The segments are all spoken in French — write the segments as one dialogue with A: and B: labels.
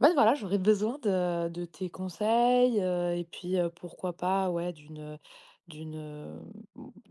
A: Ouais, voilà, j'aurais besoin de tes conseils, et puis, pourquoi pas, ouais, d'une, d'une,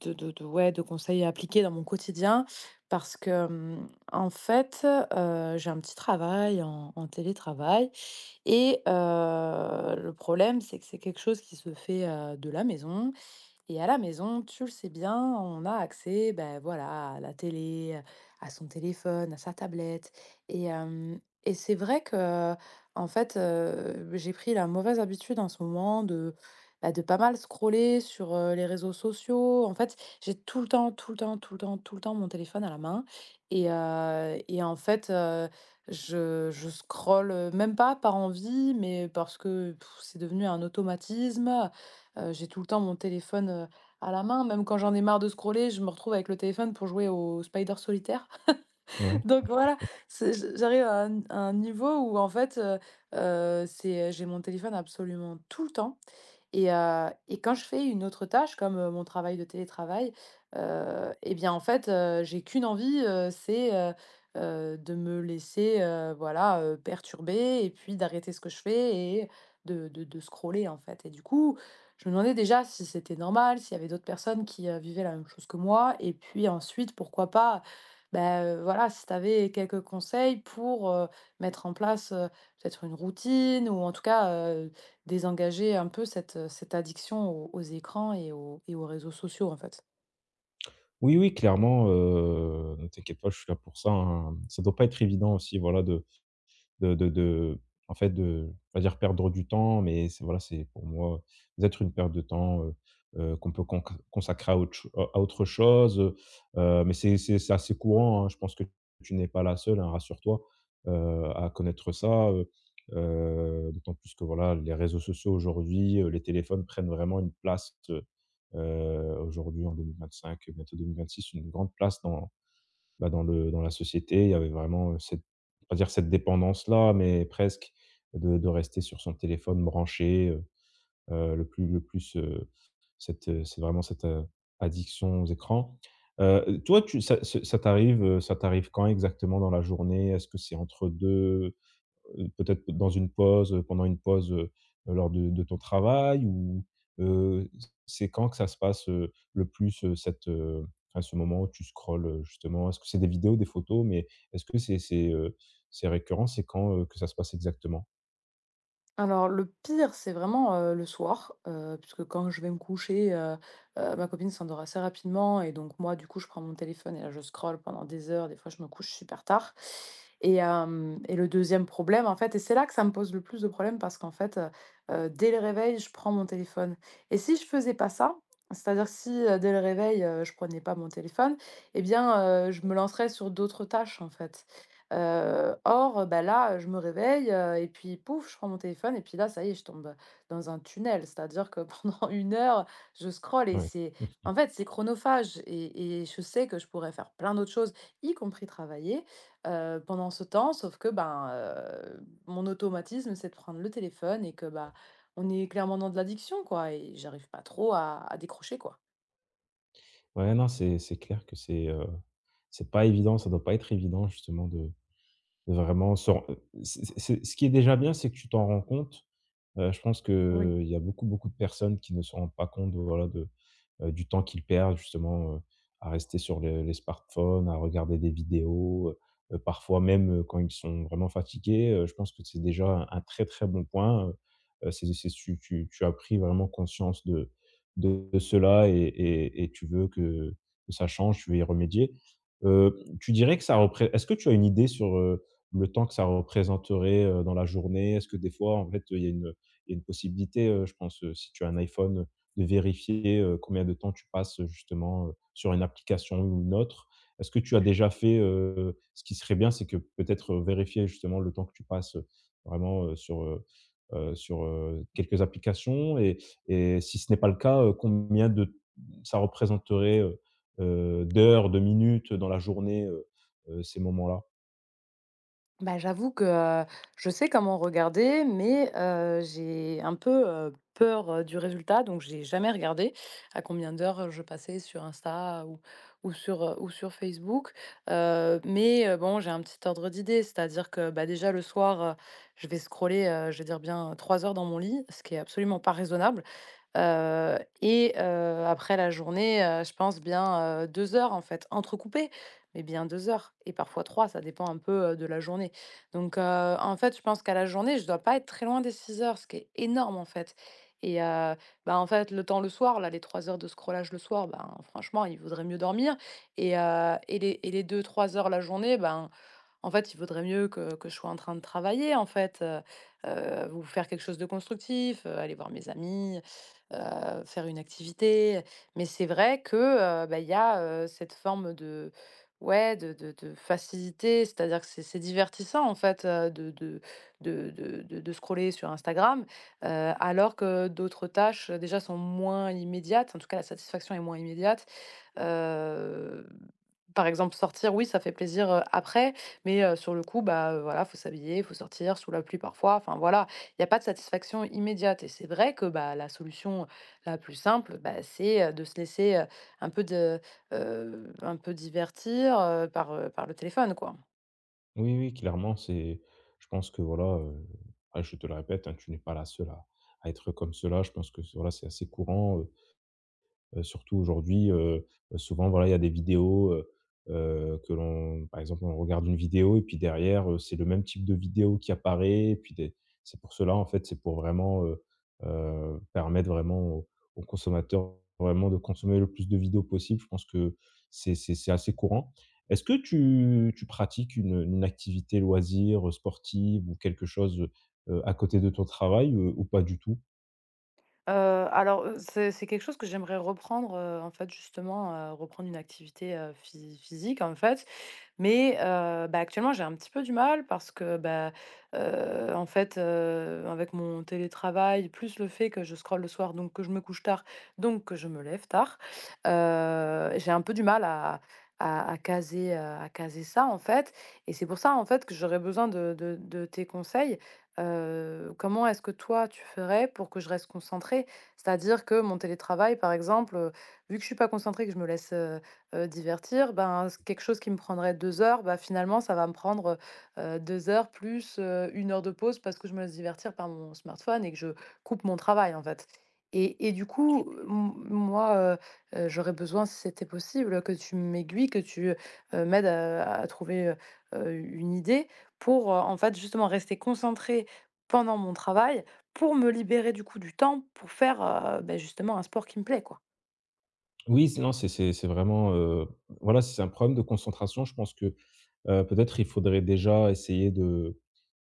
A: de conseils à appliquer dans mon quotidien. Parce que, en fait, j'ai un petit travail en télétravail et le problème, c'est que c'est quelque chose qui se fait, de la maison. Et à la maison, tu le sais bien, on a accès, ben voilà, à la télé, à son téléphone, à sa tablette. Et, euh, et c'est vrai que, en fait, j'ai pris la mauvaise habitude en ce moment de, bah, de pas mal scroller sur les réseaux sociaux. En fait, j'ai tout le temps, tout le temps, tout le temps, tout le temps mon téléphone à la main. Et en fait, je scrolle même pas par envie, mais parce que c'est devenu un automatisme. J'ai tout le temps mon téléphone, à la main. Même quand j'en ai marre de scroller, je me retrouve avec le téléphone pour jouer au Spider Solitaire.
B: Ouais.
A: Donc voilà, c'est je j'arrive à un niveau où en fait, c'est j'ai mon téléphone absolument tout le temps. Et quand je fais une autre tâche comme, mon travail de télétravail, et bien, en fait, j'ai qu'une envie, c'est, de me laisser, voilà, perturber et puis d'arrêter ce que je fais et de scroller, en fait, et du coup, je me demandais déjà si c'était normal, s'il y avait d'autres personnes qui, vivaient la même chose que moi, et puis ensuite, pourquoi pas, voilà, si tu avais quelques conseils pour, mettre en place, peut-être une routine, ou en tout cas, désengager un peu cette addiction aux écrans et aux réseaux sociaux, en fait.
B: Oui, oui, clairement, ne t'inquiète pas, je suis là pour ça, hein. Ça doit pas être évident aussi, voilà, de en fait, de pas dire perdre du temps, mais c'est voilà, c'est pour moi, d'être une perte de temps, qu'on peut conc consacrer à autre cho à autre chose, mais c'est c'est assez courant, hein. Je pense que tu n'es pas la seule, hein, rassure-toi, à connaître ça, d'autant plus que voilà, les réseaux sociaux aujourd'hui, les téléphones prennent vraiment une place, aujourd'hui en 2025, bientôt 2026, une grande place dans bah, dans le dans la société, il y avait vraiment, cette on dire cette dépendance-là, mais presque, de rester sur son téléphone branché, le plus, cette, c'est vraiment cette, addiction aux écrans. Toi, tu ça ce ça t'arrive quand exactement dans la journée? Est-ce que c'est entre 2 peut-être dans une pause, pendant une pause, lors de ton travail ou, heu, c'est quand que ça se passe, le plus, cette, enfin, ce moment où tu scrolles, justement? Est-ce que c'est des vidéos, des photos? Mais est-ce que c'est, c'est récurrent? C'est quand, que ça se passe exactement?
A: Alors le pire, c'est vraiment, le soir, puisque quand je vais me coucher, ma copine s'endort assez rapidement, et donc moi, du coup, je prends mon téléphone, et là, je scrolle pendant des heures. Des fois, je me couche super tard et hem et le deuxième problème, en fait, et c'est là que ça me pose le plus de problèmes, parce qu'en fait, dès le réveil, je prends mon téléphone. Et si je faisais pas ça, c'est-à-dire si, dès le réveil, je prenais pas mon téléphone, et bien, je me lancerais sur d'autres tâches, en fait. Or, bah, là, je me réveille, et puis pouf, je prends mon téléphone, et puis là, ça y est, je tombe dans un tunnel. C'est-à-dire que pendant une heure, je scrolle, et
B: Ouais.
A: c'est en fait, c'est chronophage, et je sais que je pourrais faire plein d'autres choses, y compris travailler, pendant ce temps, sauf que, ben, mon automatisme, c'est de prendre le téléphone, et que, bah, on est clairement dans de l'addiction, quoi, et j'arrive pas trop à décrocher, quoi.
B: Ouais, non, c'est clair que c'est pas évident, ça doit pas être évident justement de vraiment se ren c'est c'est ce qui est déjà bien, c'est que tu t'en rends compte. Je pense que
A: Oui.
B: il y a beaucoup, beaucoup de personnes qui ne se rendent pas compte, de, voilà, de du temps qu'ils perdent justement, à rester sur le les smartphones, à regarder des vidéos, parfois même, quand ils sont vraiment fatigués, je pense que c'est déjà un très, très bon point, c'est tu tu tu as pris vraiment conscience de de cela et tu veux que ça change, tu veux y remédier. Tu dirais que ça représente. Est-ce que tu as une idée sur, le temps que ça représenterait, dans la journée? Est-ce que des fois, en fait, il y a une il y a une possibilité, je pense, si tu as un iPhone, de vérifier, combien de temps tu passes, justement, sur une application ou une autre. Est-ce que tu as déjà fait, ce qui serait bien, c'est que peut-être, vérifier justement le temps que tu passes, vraiment, sur, sur, quelques applications et si ce n'est pas le cas, combien de ça représenterait, d'heures, de minutes dans la journée, ces moments-là?
A: Bah, j'avoue que, je sais comment regarder, mais, j'ai un peu, peur, du résultat, donc j'ai jamais regardé à combien d'heures je passais sur Insta ou ou sur Facebook. Mais, bon, j'ai un petit ordre d'idée, c'est-à-dire que, bah, déjà le soir, je vais scroller, je vais dire bien 3 heures dans mon lit, ce qui est absolument pas raisonnable. Après la journée, je pense bien, 2 heures en fait, entrecoupées, mais bien 2 heures et parfois 3, ça dépend un peu, de la journée. Donc heu, En fait, je pense qu'à la journée, je dois pas être très loin des 6 heures, ce qui est énorme en fait. et heu, Bah, en fait, le temps le soir, là, les 3 heures de scrollage le soir, ben, franchement, il vaudrait mieux dormir, et les deux trois heures la journée, ben en fait, il vaudrait mieux que je sois en train de travailler, en fait, ou faire quelque chose de constructif, aller voir mes amis, faire une activité. Mais c'est vrai que, bah, il y a, cette forme de ouais, de facilité, c'est-à-dire que c'est divertissant, en fait, de scroller sur Instagram, heu, alors que d'autres tâches, déjà sont moins immédiates, en tout cas la satisfaction est moins immédiate. Heu, Par exemple, sortir, oui, ça fait plaisir, après, mais sur le coup, bah, voilà, faut s'habiller, faut sortir sous la pluie parfois, enfin voilà, il n'y a pas de satisfaction immédiate, et c'est vrai que, bah, la solution la plus simple, bah, c'est, de se laisser, un peu de un peu divertir, par, par le téléphone, quoi.
B: Oui, oui, clairement, c'est je pense que voilà, ah, je te le répète, hein, tu n'es pas la seule à être comme cela. Je pense que, voilà, c'est assez courant. Surtout aujourd'hui, souvent voilà, il y a des vidéos, que l'on par exemple, on regarde une vidéo et puis derrière, c'est le même type de vidéo qui apparaît et puis des c'est pour cela en fait, c'est pour vraiment, permettre vraiment aux aux consommateurs vraiment de consommer le plus de vidéos possible. Je pense que c'est c'est assez courant. Est-ce que tu pratiques une activité loisir, sportive ou quelque chose, à côté de ton travail, ou pas du tout?
A: Heu, alors, c'est quelque chose que j'aimerais reprendre, en fait, justement, reprendre une activité, physique, en fait. Mais bah, actuellement, j'ai un petit peu du mal parce que, bah, en fait, avec mon télétravail, plus le fait que je scrolle le soir, donc que je me couche tard, donc que je me lève tard, j'ai un peu du mal à caser, à caser ça, en fait, et c'est pour ça, en fait, que j'aurais besoin de tes conseils. Comment est-ce que toi, tu ferais pour que je reste concentrée? C'est-à-dire que mon télétravail, par exemple, vu que je suis pas concentrée, que je me laisse, divertir, ben, s quelque chose qui me prendrait 2 heures, bah, finalement, ça va me prendre, heu heu, heures plus, 1 heure de pause, parce que je me laisse divertir par mon smartphone et que je coupe mon travail, en fait. Et du coup, m moi, j'aurais besoin, si c'était possible, que tu m'aiguilles, que tu, m'aides à trouver, une idée pour, en fait, justement rester concentrée pendant mon travail, pour me libérer, du coup, du temps pour faire, beh, justement un sport qui me plaît, quoi.
B: Oui, c'est non, c'est c'est vraiment, voilà, si c'est un problème de concentration, je pense que, peut-être il faudrait déjà essayer de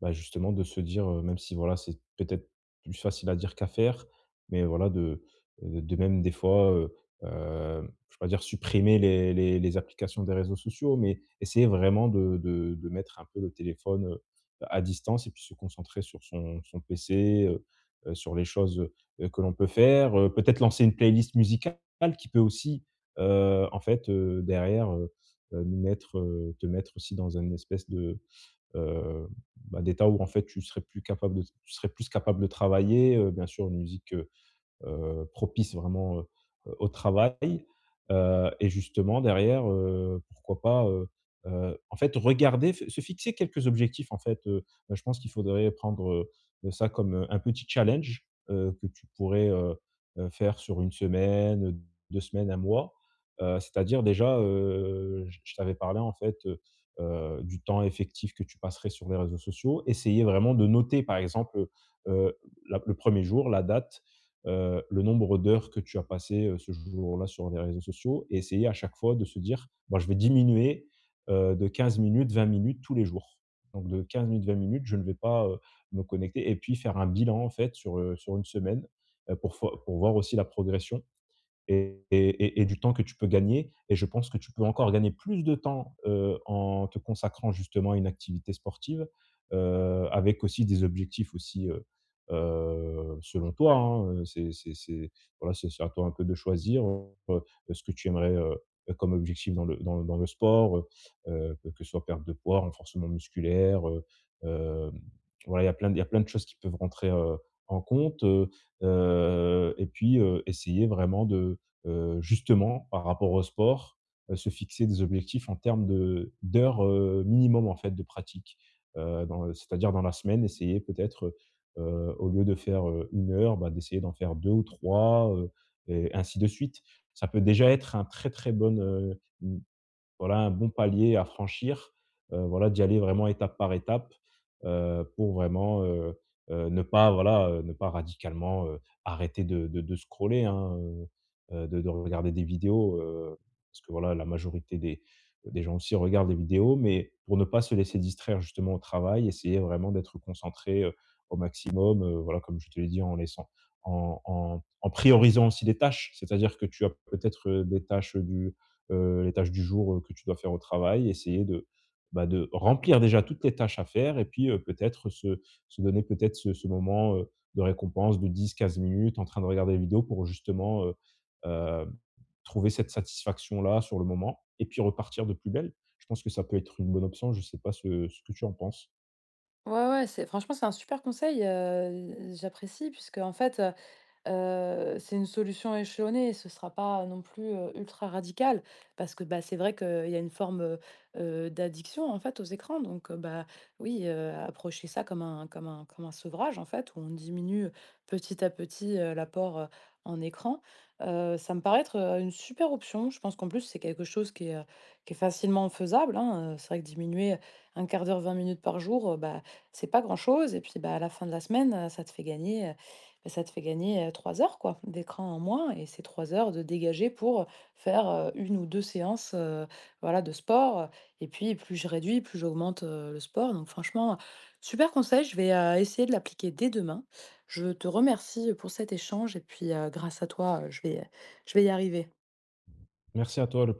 B: bah, justement de se dire, même si voilà, c'est peut-être plus facile à dire qu'à faire, mais voilà de même des fois, hem, je vais pas dire supprimer les les applications des réseaux sociaux, mais essayer vraiment de de mettre un peu le téléphone, à distance et puis se concentrer sur son PC, sur les choses, que l'on peut faire, peut-être lancer une playlist musicale qui peut aussi, en fait, derrière, nous mettre, te mettre aussi dans une espèce de Heu, bah, des tas où en fait tu serais plus capable de tu serais plus capable de travailler, bien sûr une musique, propice vraiment, au travail, et justement derrière, pourquoi pas, en fait regarder, f se fixer quelques objectifs en fait, bah, je pense qu'il faudrait prendre, ça comme, un petit challenge, que tu pourrais, faire sur une semaine, 2 semaines, un mois, c'est-à-dire déjà, je t'avais parlé en fait, du temps effectif que tu passerais sur les réseaux sociaux. Essayer vraiment de noter par exemple, la le premier jour, la date le nombre d'heures que tu as passé ce jour-là sur les réseaux sociaux et essayer à chaque fois de se dire: bon je vais diminuer, de 15 minutes, 20 minutes tous les jours. Donc de 15 minutes, 20 minutes, je ne vais pas, me connecter» et puis faire un bilan en fait sur, sur une semaine, pour fo pour voir aussi la progression et du temps que tu peux gagner et je pense que tu peux encore gagner plus de temps, en te consacrant justement à une activité sportive, avec aussi des objectifs aussi, selon toi, hein, c'est c'est voilà, c'est à toi un peu de choisir, ce que tu aimerais, comme objectif dans le dans le sport, que ce soit perte de poids, renforcement musculaire, hem, voilà, il y a plein de il y a plein de choses qui peuvent rentrer, en compte, et puis, essayer vraiment de justement, par rapport au sport, se fixer des objectifs en termes de d'heures, minimum, en fait, de pratique. Dans c'est-à-dire dans la semaine, essayer peut-être, au lieu de faire, 1 heure, bah, d'essayer d'en faire 2 ou 3, et ainsi de suite. Ça peut déjà être un très, très bonne, voilà, un bon palier à franchir, voilà, d'y aller vraiment étape par étape, pour vraiment, ne pas, voilà, ne pas radicalement, arrêter de de scroller, hein, de regarder des vidéos, parce que, voilà, la majorité des gens aussi regardent des vidéos, mais pour ne pas se laisser distraire justement au travail, essayer vraiment d'être concentré, au maximum, voilà, comme je te l'ai dit, en laissant en priorisant aussi les tâches. C'est-à-dire que tu as peut-être, des tâches, du les tâches du jour, que tu dois faire au travail, essayer de, bah, de remplir déjà toutes les tâches à faire et puis, peut-être se se donner peut-être ce moment, de récompense de 10-15 minutes en train de regarder des vidéos pour justement, heu, trouver cette satisfaction-là sur le moment et puis repartir de plus belle. Je pense que ça peut être une bonne option, je ne sais pas ce que tu en penses?
A: Ouais, ouais, c'est franchement, c'est un super conseil, j'apprécie, puisque en fait, c'est une solution échelonnée, ce ne sera pas non plus, ultra radical, parce que, bah, c'est vrai qu'il y a une forme, d'addiction, en fait, aux écrans, donc, bah, oui, approcher ça comme un sevrage, en fait, où on diminue petit à petit, l'apport, en écran. Ça me paraît être, une super option. Je pense qu'en plus, c'est quelque chose qui est facilement faisable, hein, c'est vrai que diminuer un quart d'heure, 20 minutes par jour, bah, c'est pas grand-chose, et puis, bah, à la fin de la semaine, ça te fait gagner, 3 heures quoi, d'écran en moins, et c'est 3 heures de dégager pour faire une ou deux séances voilà, de sport. Et puis plus je réduis, plus j'augmente le sport. Donc franchement, super conseil, je vais essayer de l'appliquer dès demain. Je te remercie pour cet échange, et puis grâce à toi, je vais y arriver.
B: Merci à toi, le